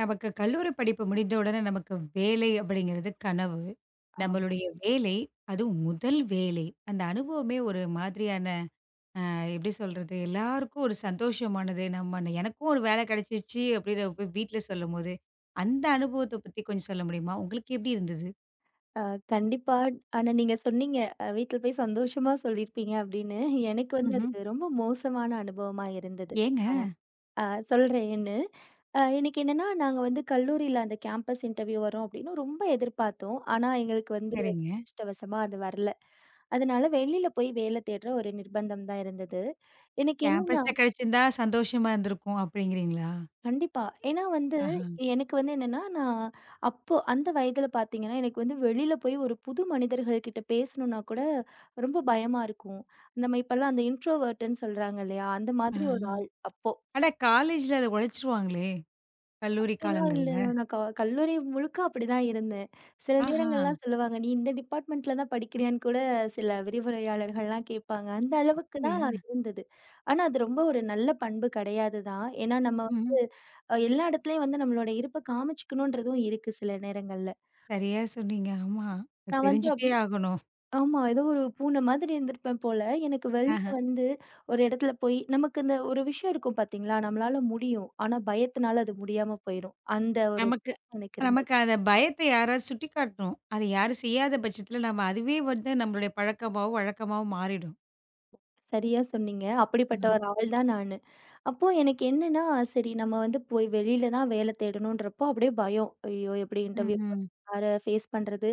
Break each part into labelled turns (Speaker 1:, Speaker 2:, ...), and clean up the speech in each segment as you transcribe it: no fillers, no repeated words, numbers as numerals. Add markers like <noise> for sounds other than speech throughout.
Speaker 1: நமக்கு கல்லூரி படிப்பு முடிந்த உடனே நமக்கு வேலை அப்படிங்கிறது கனவு.
Speaker 2: ஆம்.
Speaker 1: நம்மளுடைய வேலை, அதுவும் முதல் வேலை. அந்த அனுபவமே ஒரு மாதிரியான எப்படி சொல்றது? எல்லாருக்கும் ஒரு சந்தோஷமானது. எனக்கும் ஒரு வேலை கிடைச்சிருச்சு அப்படின்னு போய் வீட்ல சொல்லும்போது, அந்த அனுபவத்த பத்தி கொஞ்சம் சொல்ல முடியுமா? உங்களுக்கு எப்படி இருந்தது?
Speaker 2: அ கண்டிப்பா. ஆனா நீங்க சொன்னீங்க, வீட்ல போய் சந்தோஷமா சொல்லியிருப்பீங்க அப்படின்னு. எனக்கு வந்து
Speaker 1: ம்ஹ்ம்.
Speaker 2: அது ரொம்ப மோசமான அனுபவமா இருந்தது.
Speaker 1: ஏங்க?
Speaker 2: அ அ சொல்றேன் ஏன்னு. எனக்கு என்னன்னா, நாங்க வந்து கல்லூரியில அந்த கேம்பஸ் இன்டர்வியூ வரும் அப்படின்னு ரொம்ப எதிர்பார்த்தோம். ஆனா எங்களுக்கு வந்து
Speaker 1: சரிங்க.
Speaker 2: துரஷ்டவசமா அது வரல. அதனால வெளியில போய் வேலை தேடுற ஒரு நிர்பந்தம் தான் இருந்தது. எனக்கு என்னன்னா,
Speaker 1: கேம்பஸ்ல கிடைச்சிருந்தா சந்தோஷமா இருந்திருக்கும் அப்படிங்கிறீங்களா?
Speaker 2: கண்டிப்பா. ஏன்னா வந்து,
Speaker 1: ஆஹா.
Speaker 2: எனக்கு வந்து என்னன்னா, நான் அப்போ அந்த வயதில பார்த்தீங்கன்னா, எனக்கு வந்து வெளியில போய் ஒரு புது மனிதர்கள் கிட்ட பேசணும்னா கூட ரொம்ப பயமா இருக்கும். நம்ம இப்பலாம் அந்த இன்ட்ரோவர்ட்ன்னு சொல்றாங்க இல்லையா? அந்த மாதிரி ஒரு
Speaker 1: ஆஹா.
Speaker 2: ஆள் அப்போ.
Speaker 1: ஆனா, காலேஜ்ல அத உழைச்சிருவாங்களே! கல்லூரி
Speaker 2: அப்படிலாம்
Speaker 1: காலங்கள்ல.
Speaker 2: இல்லங்க. நான் கல்லூரி முழுக்க அப்படிதான் இருந்தேன். சில
Speaker 1: ஆஹா.
Speaker 2: நேரங்கள்லாம் சொல்லுவாங்க, "நீ இந்த டிபார்ட்மென்ட்ல தான் படிக்கிறியான்னு" கூட சில விரிவுரையாளர்கள்லாம் கேட்பாங்க. அந்த அளவுக்கு தான் இருந்தது. ஆனா அது ரொம்ப ஒரு நல்ல பண்பு கிடையாது தான். ஏன்னா நம்ம வந்து
Speaker 1: ஏன்?
Speaker 2: எல்லா இடத்துலயும் வந்து நம்மளோட இருப்ப காமிச்சுக்கணுன்றதும் இருக்கு சில நேரங்கள்ல.
Speaker 1: சரியா சொன்னீங்க. ஆமா. அது
Speaker 2: நான் வந்து
Speaker 1: தெரிஞ்சுட்டே
Speaker 2: அப்படியே
Speaker 1: ஆகணும்.
Speaker 2: ஆமா. ஏதோ ஒரு பூனை மாதிரி இருந்திருப்பேன் போல. எனக்கு வெளிய
Speaker 1: ஆஹ.
Speaker 2: வந்து ஒரு இடத்துல போய் நமக்கு இந்த ஒரு விஷயம் இருக்கும் பார்த்தீங்களா? நம்மளால முடியும். ஆனா பயத்தினால அது முடியாம போயிரும். அந்த ஒரு
Speaker 1: நமக்கு
Speaker 2: எனக்கு இருந்தது.
Speaker 1: நமக்கு அத பயத்த யாராவது சுட்டிக்காட்டணும். அது யாரும் செய்யாத பட்சத்தில நம்ம அதுவே வந்து நம்மளுடைய பழக்கமாவும், வழக்கமாவும் மாறிடும்.
Speaker 2: சரியா சொன்னீங்க. அப்படிப்பட்ட
Speaker 1: ம்.
Speaker 2: ஒரு ஆள் தான் நானு. அப்போ எனக்கு என்னன்னா, சரி நம்ம வந்து போய் வெளியில தான் வேலை தேடணுன்றப்போ அப்படியே பயம். ஐயோ! எப்படி இன்டர்வியூ போறது?
Speaker 1: ம்ஹ்ம்.
Speaker 2: யார ஃபேஸ் பண்றது?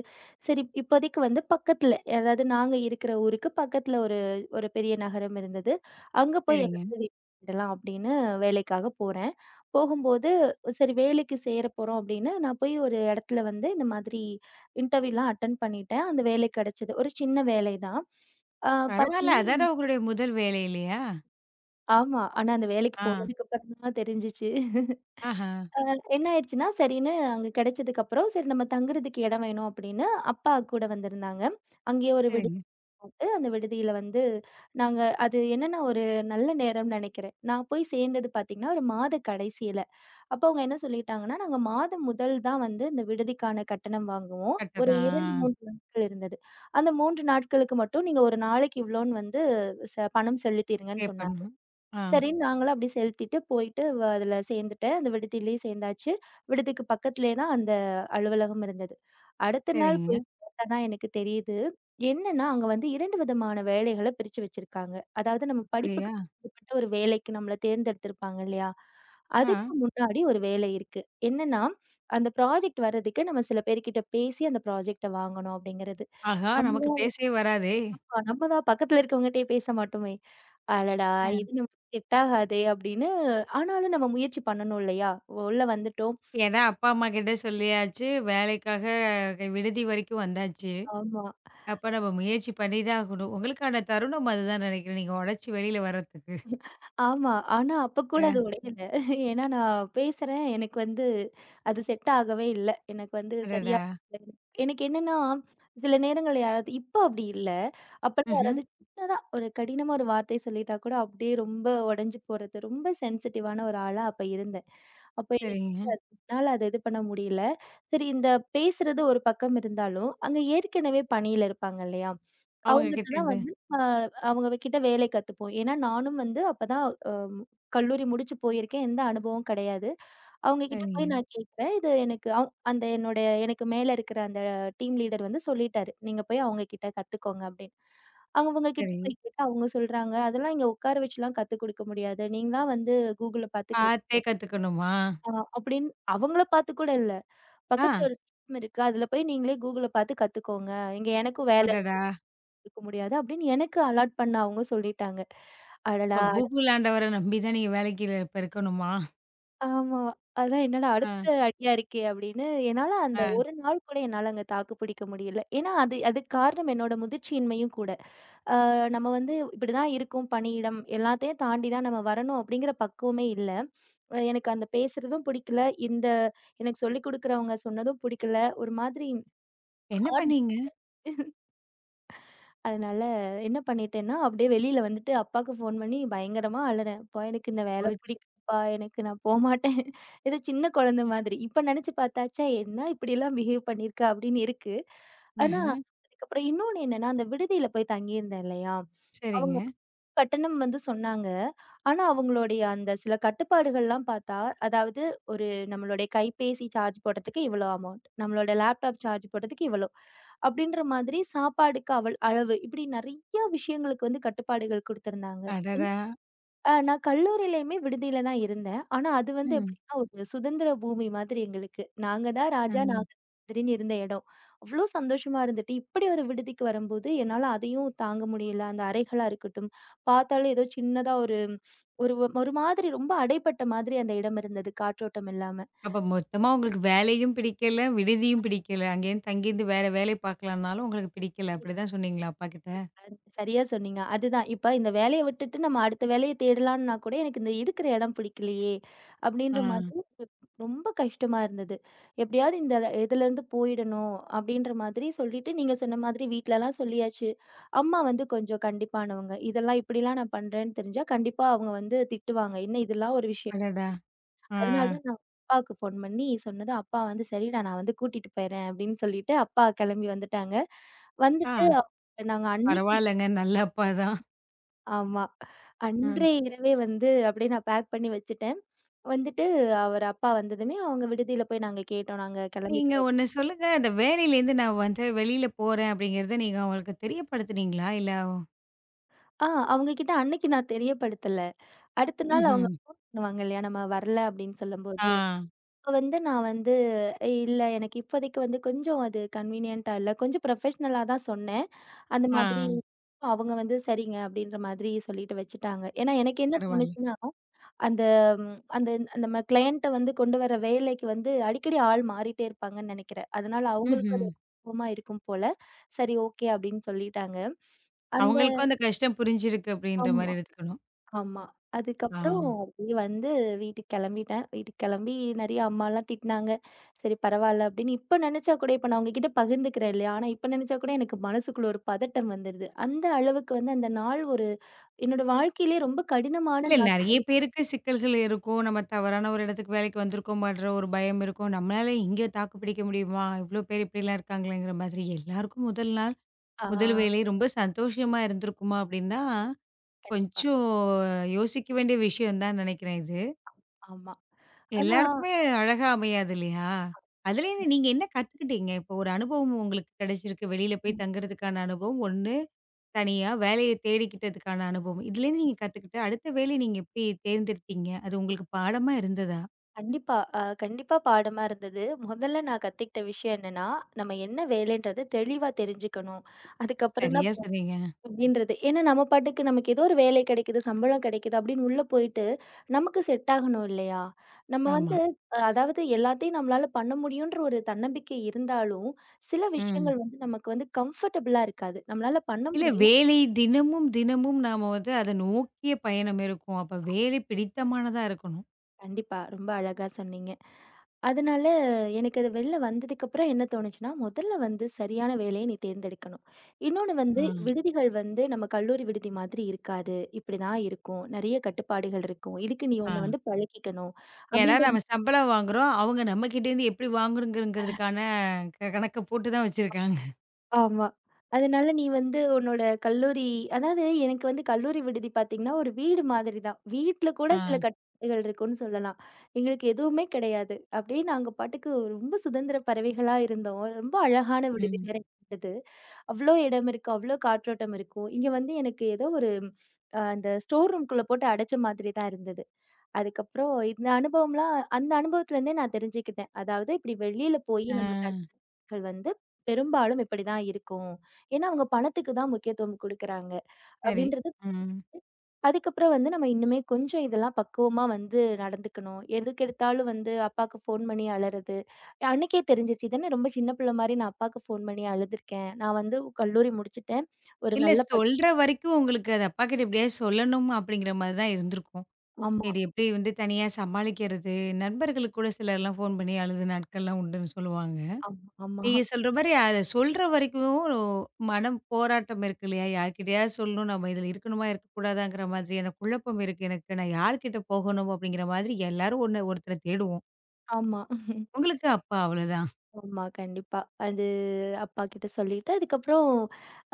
Speaker 2: சரி இப்போதைக்கு வந்து பக்கத்துல, அதாவது நாங்க இருக்கிற ஊருக்கு பக்கத்துல ஒரு ஒரு பெரிய நகரம் இருந்தது. அங்க போய்
Speaker 1: சரிங்க.
Speaker 2: ஏதாவது தேடலாம் அப்படின்னு வேலைக்காக போறேன். போகும்போது சரி வேலைக்கு சேர போறோம் அப்படின்னு நான் போய் ஒரு இடத்துல வந்து இந்த மாதிரி இன்டர்வியூலாம் அட்டெண்ட் பண்ணிட்டேன். அந்த வேலை கிடைச்சது. ஒரு சின்ன வேலை தான். ஆ
Speaker 1: பரவால்ல.
Speaker 2: பார்த்தீங்கன்னா
Speaker 1: அதானே உங்களுடைய முதல் வேலை இல்லையா?
Speaker 2: ஆமா. ஆனா அந்த வேலைக்கு
Speaker 1: ஆ.
Speaker 2: போனதுக்கு அப்புறம் தான் தெரிஞ்சுச்சு.
Speaker 1: ஆஹா.
Speaker 2: என்ன ஆயிடுச்சுன்னா, சரின்னு அங்க கிடைச்சதுக்கு அப்புறம், சரி நம்ம தங்குறதுக்கு இடம் வேணும் அப்படின்னு அப்பா கூட வந்திருந்தாங்க. அங்கேயே ஒரு விடுதி
Speaker 1: சரிங்க.
Speaker 2: போட்டு, அந்த விடுதியில வந்து நாங்க அது என்னன்னா ஒரு நல்ல நேரம்னு நெனைக்கிறேன். நான் போய் சேர்ந்தது பார்த்தீங்கன்னா, ஒரு மாத கடைசியில. அப்ப அவங்க என்ன சொல்லிட்டாங்கன்னா, நாங்க மாதம் முதல் தான் வந்து இந்த விடுதிக்கான கட்டணம் வாங்குவோம். ஒரு 2,
Speaker 1: கட்டணம். ஆ.
Speaker 2: 3 நாட்கள் இருந்தது. அந்த 3 நாட்களுக்கு மட்டும் நீங்க ஒரு நாளைக்கு இவ்வளோன்னு வந்து பணம் செலுத்திருங்கன்னு சொன்னாங்க.
Speaker 1: பண்ணணும். ஆ.
Speaker 2: சரின்னு நாங்களும் அப்படி செலுத்திட்டு போயிட்டு அதுல சேர்ந்துட்டேன். அந்த விடுதியிலயும் சேர்ந்தாச்சு. விடுதிக்கு பக்கத்திலேயே தான் அந்த அலுவலகம் இருந்தது. அடுத்த நாள்
Speaker 1: சரிங்க.
Speaker 2: போய் பார்த்தா தான் எனக்கு தெரியுது. என்னன்னா, அங்க வந்து 2 விதமான வேலைகள பிரிச்சு வச்சிருக்காங்க. அதாவது நம்ம படிப்புக்கு
Speaker 1: அப்படியா?
Speaker 2: சம்மந்தப்பட்ட ஒரு வேலைக்கு நம்மள தேர்ந்தெடுத்திருப்பாங்க இல்லையா?
Speaker 1: ஆ.
Speaker 2: அதுக்கு முன்னாடி ஒரு வேலை இருக்கு. என்னன்னா, அந்த ப்ராஜெக்ட் வர்றதுக்கு நம்ம சில பேர்கிட்ட பேசி அந்த ப்ராஜெக்ட்ட வாங்கணும் அப்படிங்கிறது.
Speaker 1: ஆஹா!
Speaker 2: நம்ம
Speaker 1: நமக்கு பேசவே வராதே!
Speaker 2: கண்டிப்பா. நம்ம தான் பக்கத்துல இருக்கவங்கட்டயே பேச மாட்டோமே. அடடா!
Speaker 1: அ.
Speaker 2: இது நமக்கு செட் ஆகாதே அப்படின்னு ஆனாலும் நம்ம முயற்சி பண்ணணும் இல்லையா? உள்ள வந்துட்டோம்.
Speaker 1: ஏன்னா அப்பா, அம்மா கிட்ட சொல்லியாச்சு. வேலைக்காக விடுதி வரைக்கும் வந்தாச்சு.
Speaker 2: ஆமா,
Speaker 1: அப்ப நம்ம முயற்சி பண்ணி தான் ஆகணும். உங்களுக்கான தருணம் அதுதான் நினைக்கிறேன். நீங்க உடைச்சு வெளியில வர்றதுக்கு.
Speaker 2: ஆமா. ஆனா அப்ப கூட அது
Speaker 1: அ
Speaker 2: உடையல. ஏன்னா நான் பேசுறேன். எனக்கு வந்து அது செட் ஆகவே இல்ல. எனக்கு வந்து சரியா
Speaker 1: அடடா!
Speaker 2: இல்ல. எனக்கு என்னன்னா, சில நேரங்கள்ல யாராவது இப்ப அப்படி இல்ல. அப்பலாம்
Speaker 1: ம்ஹ்ம்.
Speaker 2: யாராவது சின்னதா ஒரு கடினமா ஒரு வார்த்தை சொல்லிட்டா கூட அப்படியே ரொம்ப உடைஞ்சு போறது. ரொம்ப சென்சிட்டிவான ஒரு ஆளா அப்ப இருந்தேன். அப்ப எனக்கு
Speaker 1: சரிங்க.
Speaker 2: என்னால அத இது பண்ண முடியல. சரி இந்த பேசுறது ஒரு பக்கம் இருந்தாலும், அங்க ஏற்கனவே பணியில இருப்பாங்க இல்லையா?
Speaker 1: அவங்க
Speaker 2: அவங்கட்ட
Speaker 1: கிட்ட
Speaker 2: தான்
Speaker 1: இருந்து
Speaker 2: வந்து அ அவங்க கிட்ட வேலை கத்துப்போம். ஏன்னா நானும் வந்து அப்பதான் அ கல்லூரி முடிச்சு போயிருக்கேன். எந்த அனுபவம் கிடையாது. அவங்க கிட்ட
Speaker 1: சரிங்க.
Speaker 2: போய் நான் கேட்கிறேன். இது எனக்கு அந்த எனக்கு மேல இருக்கிற அந்த டீம் லீடர் வந்து சொல்லிட்டாரு. "நீங்க போய் அவங்க கிட்ட கத்துக்கோங்க" அப்படின்னு. அவங்க கிட்ட
Speaker 1: சரி.
Speaker 2: போய் கேட்டா அவங்க சொல்றாங்க, "அதெல்லாம் இங்க உட்கார வச்சுலாம் கத்துக் குடுக்க முடியாது. நீங்களா வந்து Googleல பார்த்து கத்"
Speaker 1: பார்த்தே கத்துக்கணுமா?
Speaker 2: அ அப்படின்னு அவங்கள பார்த்து கூட இல்ல.
Speaker 1: ஆ.
Speaker 2: பக்கத்துல ஒரு சிஸ்டம் இருக்கு. அதுல போய் நீங்களே Googleல பார்த்து கத்துக்கோங்க. இங்க எனக்கும் வேலை இருக்கு
Speaker 1: அடடா!
Speaker 2: இருக்க முடியாது அப்படின்னு எனக்கு அலாட் பண்ண அவங்க சொல்லிட்டாங்க.
Speaker 1: இப்ப
Speaker 2: அடடா! அட-
Speaker 1: கூகுள் ஆண்டவர நம்பி தான் நீங்க வேலைக்கு இப்ப இருக்கணுமா?
Speaker 2: ஆமா. அதான் என்னடா
Speaker 1: ஆ,
Speaker 2: அடுத்த அடியா இருக்கே அப்படின்னு என்னால அந்த
Speaker 1: ஆ.
Speaker 2: ஒரு நாள் கூட என்னால அங்க தாக்கு பிடிக்க முடியல. ஏன்னா அதுக்கு காரணம் என்னோட முதிர்ச்சியின்மையும் கூட. நம்ம வந்து இப்படிதான் இருக்கும் பணியிடம். எல்லாத்தையும் தாண்டி தான் நம்ம வரணும் அப்படிங்கிற பக்குவமே இல்ல. எனக்கு அந்த பேசுறதும் பிடிக்கல. இந்த எனக்கு சொல்லிக் குடுக்குறவங்க சொன்னதும் பிடிக்கல. ஒரு மாதிரி
Speaker 1: என்ன பண்ணீங்க?
Speaker 2: அதனால என்ன பண்ணிட்டேன்னா, அப்படியே வெளியில வந்துட்டு அப்பாக்கு ஃபோன் பண்ணி பயங்கரமா அழுறேன். "அப்பா எனக்கு இந்த வேலை
Speaker 1: போச்சு.
Speaker 2: பிடிக்கலப்பா, நான் போமாட்டேன்." ஏதோ <laughs> சின்ன குழந்தை மாதிரி. இப்ப நெனச்சு பார்த்தா, ச்சே என்ன இப்படிலாம் பிஹேவ் பண்ணியிருக்கா அப்படின்னு இருக்கு. ஆனா,
Speaker 1: ஆஹ.
Speaker 2: அதுக்கப்புறம் இன்னொன்னு என்னன்னா, அந்த விடுதியில போய் தங்கியிருந்தேன் இல்லையா? அவங்க
Speaker 1: சரிங்க.
Speaker 2: கட்டணம் வந்து சொன்னாங்க. ஆனா, அவங்களுடைய அந்த சில கட்டுப்பாடுகள்லாம் பார்த்தா, அதாவது ஒரு நம்மளுடைய கைபேசி சார்ஜ் போடுறதுக்கு இவ்வளோ அமௌண்ட், நம்மளோட லேப்டாப் சார்ஜ் போடுறதுக்கு இவ்வளோ, அப்படின்ற மாதிரி சாப்பாடுக்கு அவள் அளவு, இப்படி நெறைய விஷயங்களுக்கு வந்து கட்டுப்பாடுகள் குடுத்திருந்தாங்க.
Speaker 1: அடடா!
Speaker 2: நான் கல்லூரியிலயுமே விடுதியில தான் இருந்தேன். ஆனா அது வந்து
Speaker 1: ம்.
Speaker 2: எப்படின்னா, ஒரு சுதந்திர பூமி மாதிரி எங்களுக்கு. நாங்க தான் ராஜா,
Speaker 1: ம்.
Speaker 2: நாங்க தான் மந்திரின்னு இருந்த இடம். அவ்ளோ சந்தோஷமா இருந்துட்டு, இப்படி ஒரு விடுதிக்கு வரும்போது என்னால அதையும் தாங்க முடியல. அந்த அறைகளா இருக்கட்டும், பார்த்தாலே ஏதோ சின்னதா ஒரு ஒரு ஒரு மாதிரி ரொம்ப அடைப்பட்ட மாதிரி அந்த இடம் இருந்தது, காற்றோட்டம் இல்லாம.
Speaker 1: அப்ப மொத்தமா உங்களுக்கு வேலையும் பிடிக்கல, விடுதியும் பிடிக்கல. அங்கேருந்து தங்கியிருந்து வேற வேலை பார்க்கலாம்னாலும் உங்களுக்கு பிடிக்கல. அப்படிதான் சொன்னீங்களா அப்பாகிட்ட?
Speaker 2: அது சரியா சொன்னீங்க. அதுதான். இப்ப இந்த வேலைய விட்டுட்டு நம்ம அடுத்த வேலைய தேடலாம்ன்னா கூட, எனக்கு இந்த இருக்கிற இடம் பிடிக்கலையே,
Speaker 1: ஆ.
Speaker 2: அப்படின்ற மாதிரி ரொம்ப கஷ்டமா இருந்தது. "எப்படியாவது இந்த இதுலருந்து போயிடணும்." அப்படீன்ற மாதிரி சொல்லிட்டு, நீங்க சொன்ன மாதிரி வீட்லலாம் சொல்லியாச்சு. அம்மா வந்து கொஞ்சம் கண்டிப்பானவங்க. இதெல்லாம் இப்படிலாம் நான் பண்றேன்னு தெரிஞ்சா, கண்டிப்பா அவங்க வந்து திட்டுவாங்க. "என்ன இதெல்லாம் ஒரு விஷயம்."
Speaker 1: அடடா! ஆ.
Speaker 2: அதனால தான் நான் அப்பாவுக்கு ஃபோன் பண்ணி சொன்னதும், அப்பா வந்து, "சரிடா, நான் வந்து கூட்டிட்டு போயிர்றேன்." அப்படீன்னு சொல்லிட்டு, அப்பா கெளம்பி வந்துட்டாங்க.
Speaker 1: ஆ,
Speaker 2: வந்துட்டு, நாங்க அன்னைக்கு
Speaker 1: பரவாயில்லங்க. நல்ல அப்பா தான்.
Speaker 2: ஆமா.
Speaker 1: ம்.
Speaker 2: அன்றே இரவே வந்து அப்படியே நான் பேக் பண்ணி வச்சுட்டேன். வந்துட்டு அப்பா வந்ததுமே அவங்க விடுதியில போய் நாங்க கேட்டோம். நாங்க
Speaker 1: நீங்க
Speaker 2: கிளம்பிக்கிறோம்.
Speaker 1: ஒண்ணு சொல்லுங்க, இந்த வேலையிலேருந்து நான் வந்து வெளியில போறேன் அப்படிங்கிறத நீங்க அவங்களுக்கு தெரியப்படுத்துனீங்களா? இல்ல
Speaker 2: ஆ அவங்க கிட்ட அன்னைக்கு நான் தெரியப்படுத்தல. அடுத்த நாள் அவங்க
Speaker 1: ம்ஹ்ம்.
Speaker 2: ஃபோன் பண்ணுவாங்க இல்லையா? நம்ம வரல அப்படின்னு
Speaker 1: ஆ,
Speaker 2: சொல்லும்போது, அப்ப வந்து நான் வந்து இல்ல எனக்கு இப்போதைக்கு வந்து கொஞ்சம் அது கன்வீனியன்ட்டா இல்ல. கொஞ்சம் ப்ரொஃபஷ்னலா தான் சொன்னேன். அந்த
Speaker 1: ஆ.
Speaker 2: மாதிரி அவங்க வந்து சரிங்க அப்படின்ற மாதிரி சொல்லிட்டு வச்சுட்டாங்க. ஏன்னா எனக்கு என்ன
Speaker 1: பரவால்ல.
Speaker 2: தோணுச்சுன்னா அந்த ம் அந்த நம்ம கிளையன்ட்ட வந்து கொண்டு வர வேலைக்கு வந்து அடிக்கடி ஆள் மாறிட்டே இருப்பாங்கன்னு நெனைக்கிறேன். அதனால அவங்களுக்கும்
Speaker 1: ம்ஹ்ம்.
Speaker 2: அது கோவமா இருக்கும் போல. சரி ஓகே அப்படின்னு சொல்லிட்டாங்க. அந்த
Speaker 1: அவங்களுக்கும் அந்த கஷ்டம் புரிஞ்சிருக்கு அப்படின்ற
Speaker 2: ஆமா,
Speaker 1: மாரி எடுத்துக்கணும்.
Speaker 2: ஆமா.
Speaker 1: ஆ.
Speaker 2: அதுக்கப்புறம் அப்படியே வந்து வீட்டுக்கு கெளம்பிட்டேன். வீட்டுக்கு கெளம்பி நெறைய அம்மாலாம் திட்டினாங்க. சரி பரவால்ல அப்படின்னு இப்ப நெனைச்சா கூட இப்ப நான் உங்ககிட்ட பகிர்ந்துக்கிறேன் இல்லையா? ஆனா இப்ப நெனைச்சா கூட எனக்கு மனசுக்குள்ள ஒரு பதட்டம் வந்துருது. அந்த அளவுக்கு வந்து அந்த நாள் ஒரு என்னோட வாழ்க்கையிலேயே ரொம்ப கடினமான
Speaker 1: இல்ல
Speaker 2: நாள்.
Speaker 1: நெறைய பேருக்கு சிக்கல்கள் இருக்கும். நம்ம தவறான ஒரு இடத்துக்கு வேலைக்கு வந்திருக்கோமான்ற ஒரு பயம் இருக்கும். நம்மளால இங்க தாக்கு பிடிக்க முடியுமா? இவ்ளோ பேர் இப்படிலாம் இருக்காங்களேங்கிற மாதிரி. எல்லாருக்கும் முதல் நாள்,
Speaker 2: ஆ
Speaker 1: முதல் வேலை ரொம்ப சந்தோஷமா இருந்திருக்குமா அப்படின்னா
Speaker 2: கண்டிப்பா.
Speaker 1: கொஞ்சம் யோசிக்க வேண்டிய விஷயம் தான் நினைக்கிறேன் இது.
Speaker 2: ஆமா. ஆனா
Speaker 1: எல்லாருக்குமே அழகா அமையாது இல்லையா? அதுலேருந்து நீங்க என்ன கத்துக்கிட்டீங்க? இப்போ ஒரு அனுபவம் உங்களுக்கு கிடைச்சிருக்கு. வெளியில போய்
Speaker 2: ம்.
Speaker 1: தங்குறதுக்கான அனுபவம் 1, தனியா வேலைய தேடிக்கிட்டதுக்கான அனுபவம். இதுலேருந்து நீங்க கத்துக்கிட்டு அடுத்த வேலைய நீங்க எப்படி தேர்ந்தெடுத்தீங்க? அது உங்களுக்கு பாடமா இருந்ததா?
Speaker 2: கண்டிப்பா. கண்டிப்பா பாடமா இருந்தது. முதல்ல நான் கத்துக்கிட்ட விஷயம் என்னன்னா, நம்ம என்ன வேலைன்றத தெளிவா தெரிஞ்சுக்கணும். அதுக்கப்புறம் தான்
Speaker 1: சரியா சொன்னீங்க.
Speaker 2: அப்படின்றது. ஏன்னா நம்ம பாட்டுக்கு நமக்கு ஏதோ ஒரு வேலை கிடைக்குது, சம்பளம் கிடைக்குது அப்படின்னு உள்ள போயிட்டு, நமக்கு செட் ஆகணும் இல்லையா? நம்ம
Speaker 1: ஆமா.
Speaker 2: வந்து அதாவது எல்லாத்தையும் நம்மளால பண்ண முடியுன்ற ஒரு தன்னம்பிக்கை இருந்தாலும், சில
Speaker 1: ம்.
Speaker 2: விஷயங்கள் வந்து நமக்கு வந்து கம்ஃபர்டபுளா இருக்காது. நம்மளால பண்ண
Speaker 1: இல்ல
Speaker 2: முடியும்.
Speaker 1: வேலை தினமும் தினமும் நாம வந்து அத நோக்கிய பயணம் இருக்கும். அப்ப வேலை பிடித்தமானதா இருக்கணும்.
Speaker 2: கண்டிப்பா. ரொம்ப அழகா சொன்னீங்க. அதனால எனக்கு அது வெளில வந்ததுக்கப்புறம் என்ன தோணுச்சுன்னா, முதல்ல வந்து சரியான வேலைய நீ தேர்ந்தெடுக்கணும். இன்னொன்னு
Speaker 1: ஆ,
Speaker 2: வந்து விடுதிகள் வந்து நம்ம கல்லூரி விடுதி மாதிரி இருக்காது. இப்படிதான் இருக்கும். நெறைய கட்டுப்பாடுகள் இருக்கும். இதுக்கு நீ
Speaker 1: ஆ.
Speaker 2: உன்ன வந்து பழக்கிக்கணும்.
Speaker 1: ஏன்னா,
Speaker 2: அப்படின்ற
Speaker 1: நம்ம சம்பளம் வாங்குறோம். அவங்க நம்மகிட்டேருந்து எப்படி வாங்குறோங்கிறதுக்கான கணக்க போட்டு தான் வச்சிருக்காங்க.
Speaker 2: ஆமா. அதனால நீ வந்து உன்னோட கல்லூரி அதாவது எனக்கு வந்து கல்லூரி விடுதி பார்த்தீங்கன்னா, ஒரு வீடு மாதிரி தான். வீட்ல கூட சில
Speaker 1: ஆ,
Speaker 2: கட்டுப்பாடுகள் இருக்குன்னு சொல்லலாம். எங்களுக்கு எதுவுமே கிடையாது. அப்படியே நாங்க பாட்டுக்கு ரொம்ப சுதந்திர பறவைகளா இருந்தோம். ரொம்ப அழகான விடுதி
Speaker 1: ம்.
Speaker 2: வேற இருந்தது. அவ்ளோ இடம் இருக்கு, அவ்ளோ காற்றோட்டம் இருக்கும். இங்க வந்து எனக்கு ஏதோ ஒரு அந்த ஸ்டோர் ரூம்க்குள்ள போட்டு அடைச்ச மாதிரி தான் இருந்தது. அதுக்கப்புறம் இந்த அனுபவம்லாம் அந்த அனுபவத்துலேருந்தே நான் தெரிஞ்சுக்கிட்டேன். அதாவது இப்படி வெளியில போய்
Speaker 1: ஆ,
Speaker 2: நம்ம கள் வந்து பெரும்பாலும் இப்படிதான் இருக்கும். ஏன்னா, அவங்க பணத்துக்கு தான் முக்கியத்துவம் குடுக்குறாங்க
Speaker 1: சரி.
Speaker 2: அப்படின்றது
Speaker 1: ம்.
Speaker 2: அதுக்கப்புறம் வந்து நம்ம இன்னுமே கொஞ்சம் இதெல்லாம் பக்குவமா வந்து நடந்துக்கணும். எதுக்கெடுத்தாலும் வந்து அப்பாக்கு ஃபோன் பண்ணி அழறது. அன்னைக்கே தெரிஞ்சுச்சு. இது என்ன ரொம்ப சின்ன பிள்ளை மாரி நான் அப்பாக்கு ஃபோன் பண்ணி அழுதுருக்கேன். நான் வந்து கல்லூரி முடிச்சுட்டேன். ஒரு
Speaker 1: இல்ல
Speaker 2: நல்ல
Speaker 1: சொல்ற வரைக்கும் உங்களுக்கு அது அப்பாகிட்ட எப்படியாவது சொல்லணும் அப்படிங்கிற மாரி தான் இருந்திருக்கும்.
Speaker 2: ஆமா,
Speaker 1: இது எப்படி வந்து தனியா சமாளிக்கிறது? நண்பர்களுக்கு கூட சிலர்லாம் ஃபோன் பண்ணி அழுத நாட்கள்லாம் உண்டுன்னு சொல்லுவாங்க.
Speaker 2: ஆமா, ஆமா,
Speaker 1: நீங்க சொல்ற மாரி அத சொல்ற வரைக்கும் மனம் போராட்டம் இருக்கு இல்லையா? யார்கிட்டயாவது சொல்லணும் நம்ம இதுல இருக்கணுமா, இருக்கக்கூடாதாங்கிற மாதிரியான குழப்பம் இருக்கு எனக்கு. நான் யார்கிட்ட போகணும் அப்படிங்கிற மாதிரி எல்லாரும் ஒண்ணு ஒருத்தர தேடுவோம்.
Speaker 2: ஆமா,
Speaker 1: உங்களுக்கு அப்ப அவ்வளோதான்.
Speaker 2: ஆமா, கண்டிப்பா. அது அப்பாகிட்ட சொல்லிட்டு, அதுக்கப்புறம்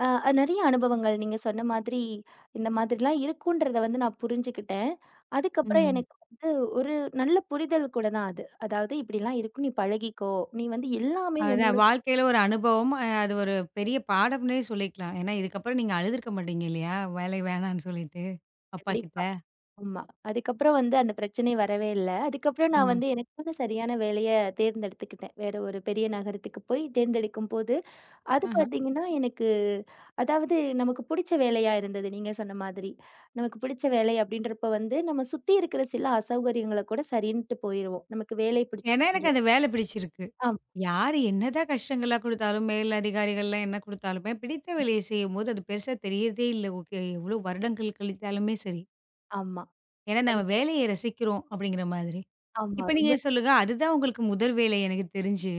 Speaker 2: நெறைய அனுபவங்கள் நீங்க சொன்ன மாதிரி, இந்த மாதிரிலாம் இருக்குன்றத வந்து நான் புரிஞ்சுக்கிட்டேன். அதுக்கப்புறம்
Speaker 1: ம்.
Speaker 2: எனக்கு வந்து ஒரு நல்ல புரிதல் கூட தான் அது. அதாவது இப்படிலாம் இருக்கும், நீ பழகிக்கோ. நீ வந்து எல்லாமே உன்னோட
Speaker 1: அதான் வாழ்க்கையில ஒரு அனுபவம். அது ஒரு பெரிய பாடம்னே சொல்லிக்கலாம். ஏன்னா இதுக்கப்புறம் நீங்க அழுதுருக்க மாட்டீங்க இல்லையா? வேலை வேணான்னு சொல்லிட்டு, அப்பா கிட்ட.
Speaker 2: கண்டிப்பா. ஆமா. அதுக்கப்புறம் வந்து அந்த பிரச்சனை வரவே இல்ல. அதுக்கப்புறம் நான்
Speaker 1: ம்.
Speaker 2: வந்து எனக்கான சரியான வேலைய தேர்ந்தெடுத்துக்கிட்டேன். வேற ஒரு பெரிய நகரத்துக்கு போய் தேர்ந்தெடுக்கும்போது அது
Speaker 1: ஆஹ.
Speaker 2: பார்த்தீங்கன்னா, எனக்கு அதாவது நமக்கு பிடிச்ச வேலையா இருந்தது. நீங்க சொன்ன மாதிரி. நமக்கு பிடிச்ச வேலை அப்படின்றப்ப வந்து, நம்ம சுத்தி இருக்கிற சில அசௌகரியங்கள கூட சரின்ட்டு போயிருவோம். நமக்கு வேலை
Speaker 1: ஏன்னா எனக்கு அந்த வேலை பிடிச்சிருக்கு.
Speaker 2: ஆம்
Speaker 1: யாரு என்னதான் கஷ்டங்களா குடுத்தாலும், மேலதிகாரிகள்லாம் என்ன குடுத்தாலுமே, பிடித்த வேலைய செய்யும்போது அது பெருசா தெரியறதே இல்ல. ஓகே எவ்ளோ வருடங்கள் கழித்தாலுமே சரி.
Speaker 2: ஆமா.
Speaker 1: ஏன்னா
Speaker 2: அது
Speaker 1: நம்ம வேலைய ரசிக்கிறோம் அப்படிங்கிற மாதிரி.
Speaker 2: ஆமா.
Speaker 1: இப்ப நீங்க சொல்லுங்க, அதுதான் உங்களுக்கு முதல் வேலை எனக்கு தெரிஞ்சு.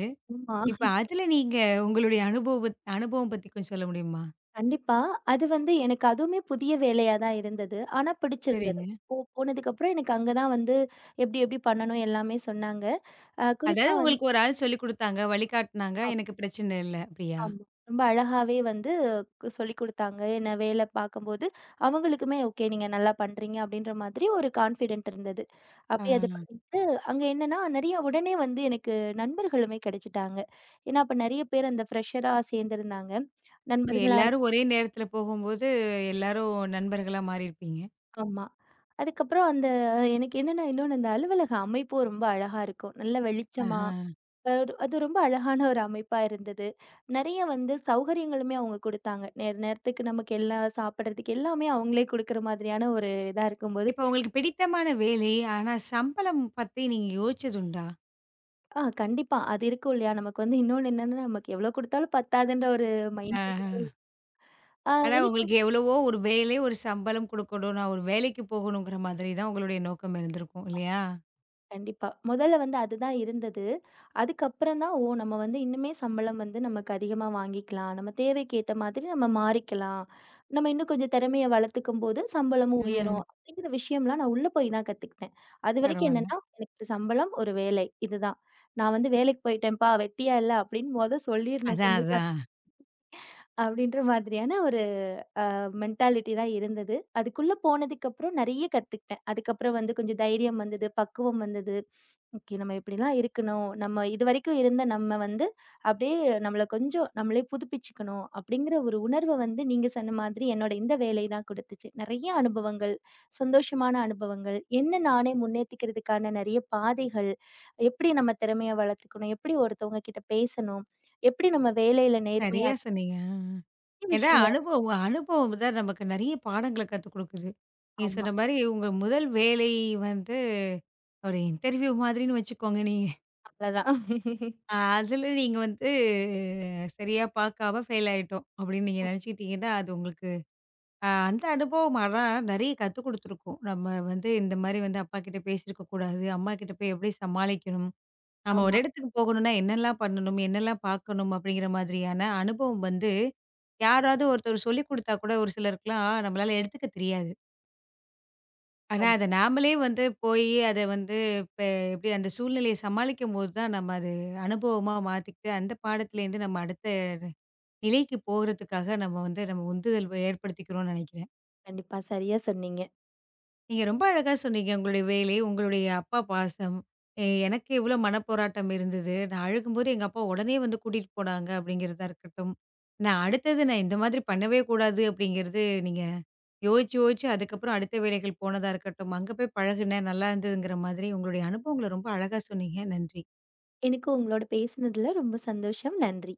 Speaker 1: இப்ப
Speaker 2: ஆமா.
Speaker 1: அதுல நீங்க உங்களுடைய அனுபவம் பத்தி கொஞ்சம் சொல்ல முடியுமா?
Speaker 2: கண்டிப்பா. அது வந்து எனக்கு அதுவுமே புதிய வேலையா தான் இருந்தது. ஆனா பிடிச்சிருந்தது.
Speaker 1: சரிங்க.
Speaker 2: போனதுக்கப்புறம் எனக்கு அங்க தான் வந்து, எப்படி எப்படி பண்ணணும் எல்லாமே சொன்னாங்க. குறிப்பா
Speaker 1: அதாவது
Speaker 2: வந்து
Speaker 1: உங்களுக்கு ஒரு ஆள் சொல்லிக் குடுத்தாங்க, வழிகாட்டுனாங்க, எனக்கு பிரச்சனை இல்ல அப்படியா?
Speaker 2: ஆமா. ரொம்ப அழகாவே வந்து சொல்லிக் குடுத்தாங்க. என்ன வேலை பார்க்கும்போது, அவங்களுக்குமே ஓகே நீங்க நல்லா பண்றீங்க அப்படின்ற மாதிரி ஒரு கான்ஃபிடென்ட் இருந்தது.
Speaker 1: ஆ.
Speaker 2: அப்படியே அது பண்ணிட்டு, அங்க என்னன்னா நெறைய உடனே வந்து எனக்கு நண்பர்களுமே கிடைச்சுட்டாங்க. ஏன்னா அப்ப நெறைய பேர் அந்த ஃப்ரெஷரா சேர்ந்திருந்தாங்க.
Speaker 1: இப்ப
Speaker 2: நண்பர்களா இருக்கும்
Speaker 1: எல்லாரும் ஒரே நேரத்துல போகும்போது, எல்லாரும் நண்பர்களா மாறியிருப்பீங்க.
Speaker 2: ஆமா. அதுக்கப்புறம் அந்த எனக்கு என்னன்னா இன்னொன்னு அந்த அலுவலக அமைப்பும் ரொம்ப அழகா இருக்கும். நல்ல வெளிச்சமா
Speaker 1: ஆஹா.
Speaker 2: அ அது ரொம்ப அழகான ஒரு அமைப்பா இருந்தது. நெறைய வந்து சௌகரியங்களுமே அவங்க குடுத்தாங்க. நேர நேரத்துக்கு நமக்கு எல்லாம் சாப்பிடுறதுக்கு எல்லாமே அவங்களே குடுக்குற மாதிரியான ஒரு இதா இருக்கும்போது,
Speaker 1: இப்ப உங்களுக்கு பிடித்தமான வேலை, ஆனா சம்பளம் பத்தி நீங்க யோசிச்சதுண்டா?
Speaker 2: கண்டிப்பா. அது இருக்கும் இல்லையா? நமக்கு வந்து இன்னொன்னு என்னன்னா, நமக்கு எவ்வளோ குடுத்தாலும் பத்தாதுன்ற ஒரு மைண்ட்
Speaker 1: ஆஹ.
Speaker 2: செட். ஆ
Speaker 1: ஆனா
Speaker 2: எனக்கு
Speaker 1: உங்களுக்கு எவ்வளவோ ஒரு வேலை, ஒரு சம்பளம் குடுக்கணும். நான் ஒரு வேலைக்கு போகணுங்கிற மாதிரி தான் உங்களுடைய நோக்கம் இருந்திருக்கும் இல்லையா?
Speaker 2: கண்டிப்பா. முதல்ல வந்து அதுதான் இருந்தது. அதுக்கப்புறம் தான், ஓ! நம்ம வந்து இன்னுமே சம்பளம் வந்து நமக்கு அதிகமா வாங்கிக்கலாம். நம்ம தேவைக்கு ஏத்த மாதிரி நம்ம மாறிக்கலாம். நம்ம இன்னும் கொஞ்சம் திறமைய வளர்த்துக்கும்போது சம்பளமும்
Speaker 1: ம்.
Speaker 2: உயரும். அப்படிங்கிற விஷயம்லாம் நான் உள்ள போய் தான் கத்துக்கிட்டேன். அதுவரைக்கும்
Speaker 1: பரவால்ல.
Speaker 2: என்னன்னா, எனக்கு சம்பளம், ஒரு வேலை இதுதான். நான் வந்து வேலைக்கு போயிட்டேன்ப்பா, வெட்டியா இல்ல அப்படின்னு சொல்லிரணும்
Speaker 1: அதான்,
Speaker 2: சொந்தக்கார
Speaker 1: அதான்.
Speaker 2: அப்படின்ற மாதிரியான ஒரு மென்டாலிட்டி தான் இருந்தது. அதுக்குள்ள போனதுக்கப்புறம் நெறைய கத்துக்கிட்டேன். அதுக்கப்புறம் வந்து கொஞ்சம் தைரியம் வந்தது, பக்குவம் வந்தது. ஓகே. நம்ம இப்படிலாம் இருக்கணும். நம்ம இதுவரைக்கும் இருந்த நம்ம வந்து அப்படியே நம்மள கொஞ்சம் நம்மளே புதுப்பிச்சுக்கணும் அப்படிங்கிற ஒரு உணர்வ வந்து நீங்க சொன்ன மாதிரி என்னோட இந்த வேலை தான் குடுத்துச்சு. நெறைய அனுபவங்கள், சந்தோஷமான அனுபவங்கள், என்ன நானே முன்னேத்திக்கிறதுக்கான நெறைய பாதைகள், எப்படி நம்ம திறமைய வளர்த்துக்கணும், எப்படி ஒருத்தவங்க கிட்ட பேசணும், எப்படி நம்ம வேலையில நேர்மையா
Speaker 1: சரியா சொன்னீங்க. ஆ.
Speaker 2: நிறைய
Speaker 1: ஏன்னா
Speaker 2: விஷயங்கள்
Speaker 1: அனுபவம் அனுபவம் தான் நமக்கு நெறைய பாடங்கள கத்துக் குடுக்குது. நீங்க
Speaker 2: ஆமா.
Speaker 1: சொன்ன மாரி உங்க முதல் வேலை வந்து ஒரு இன்டர்வியூ மாதிரின்னு வச்சுக்கோங்க நீங்க.
Speaker 2: அவ்வளதான்.
Speaker 1: அதுல நீங்க வந்து சரியா பார்க்காம ஃபெயில் ஆயிட்டோம் அப்படின்னு நீங்க நெனச்சுக்கிட்டீங்கன்னா, அது உங்களுக்கு அந்த அனுபவம் ஆனா நெறைய கத்துக் குடுத்துருக்கும். நம்ம வந்து இந்த மாரி வந்து அப்பாகிட்ட பேசியிருக்க கூடாது. அம்மாகிட்ட போய் எப்படி சமாளிக்கணும்? நம்ம ஒரு
Speaker 2: ஆமா.
Speaker 1: இடத்துக்கு போகணும்னா என்னெல்லாம் பண்ணணும்? என்னெல்லாம் பார்க்கணும்? அப்படிங்கிற மாதிரியான அனுபவம் வந்து யாராவது ஒருத்தர் சொல்லிக் குடுத்தா கூட ஒரு சிலருக்குலாம் நம்மளால எடுத்துக்க தெரியாது. ஆனா அத
Speaker 2: கண்டிப்பா,
Speaker 1: நாமளே வந்து போயி அத வந்து இப்ப எப்படி அந்த சூழ்நிலைய சமாளிக்கும்போது தான் நம்ம அது அனுபவமா மாத்திக்கிட்டு அந்த பாடத்துலேருந்து நம்ம அடுத்த நிலைக்கு போறதுக்காக நம்ம வந்து நம்ம உந்துதல் ஏற்படுத்திக்கிறோம்னு நெனைக்கிறேன்.
Speaker 2: கண்டிப்பா. சரியா சொன்னீங்க.
Speaker 1: நீங்க ரொம்ப அழகா சொன்னீங்க. உங்களுடைய வேலை, உங்களுடைய அப்பா பாசம், எனக்கு எவ்வளோ மனப்போராட்டம் இருந்தது. நான் அழுகும்போது எங்க அப்பா உடனே வந்து கூட்டிட்டு போனாங்க அப்படிங்கிறதா இருக்கட்டும். நான் அடுத்தது நான் இந்த மாதிரி பண்ணவே கூடாது அப்படிங்கிறது நீங்க யோசிச்சு, யோசிச்சு அதுக்கப்புறம் அடுத்த வேலைகள் போனதா இருக்கட்டும். அங்க போய் பழகுனேன், நல்லா இருந்ததுங்கிற மாதிரி உங்களுடைய அனுபவங்கள ரொம்ப அழகா சொன்னீங்க. நன்றி.
Speaker 2: எனக்கு உங்களோட பேசினதுல ரொம்ப சந்தோஷம். நன்றி.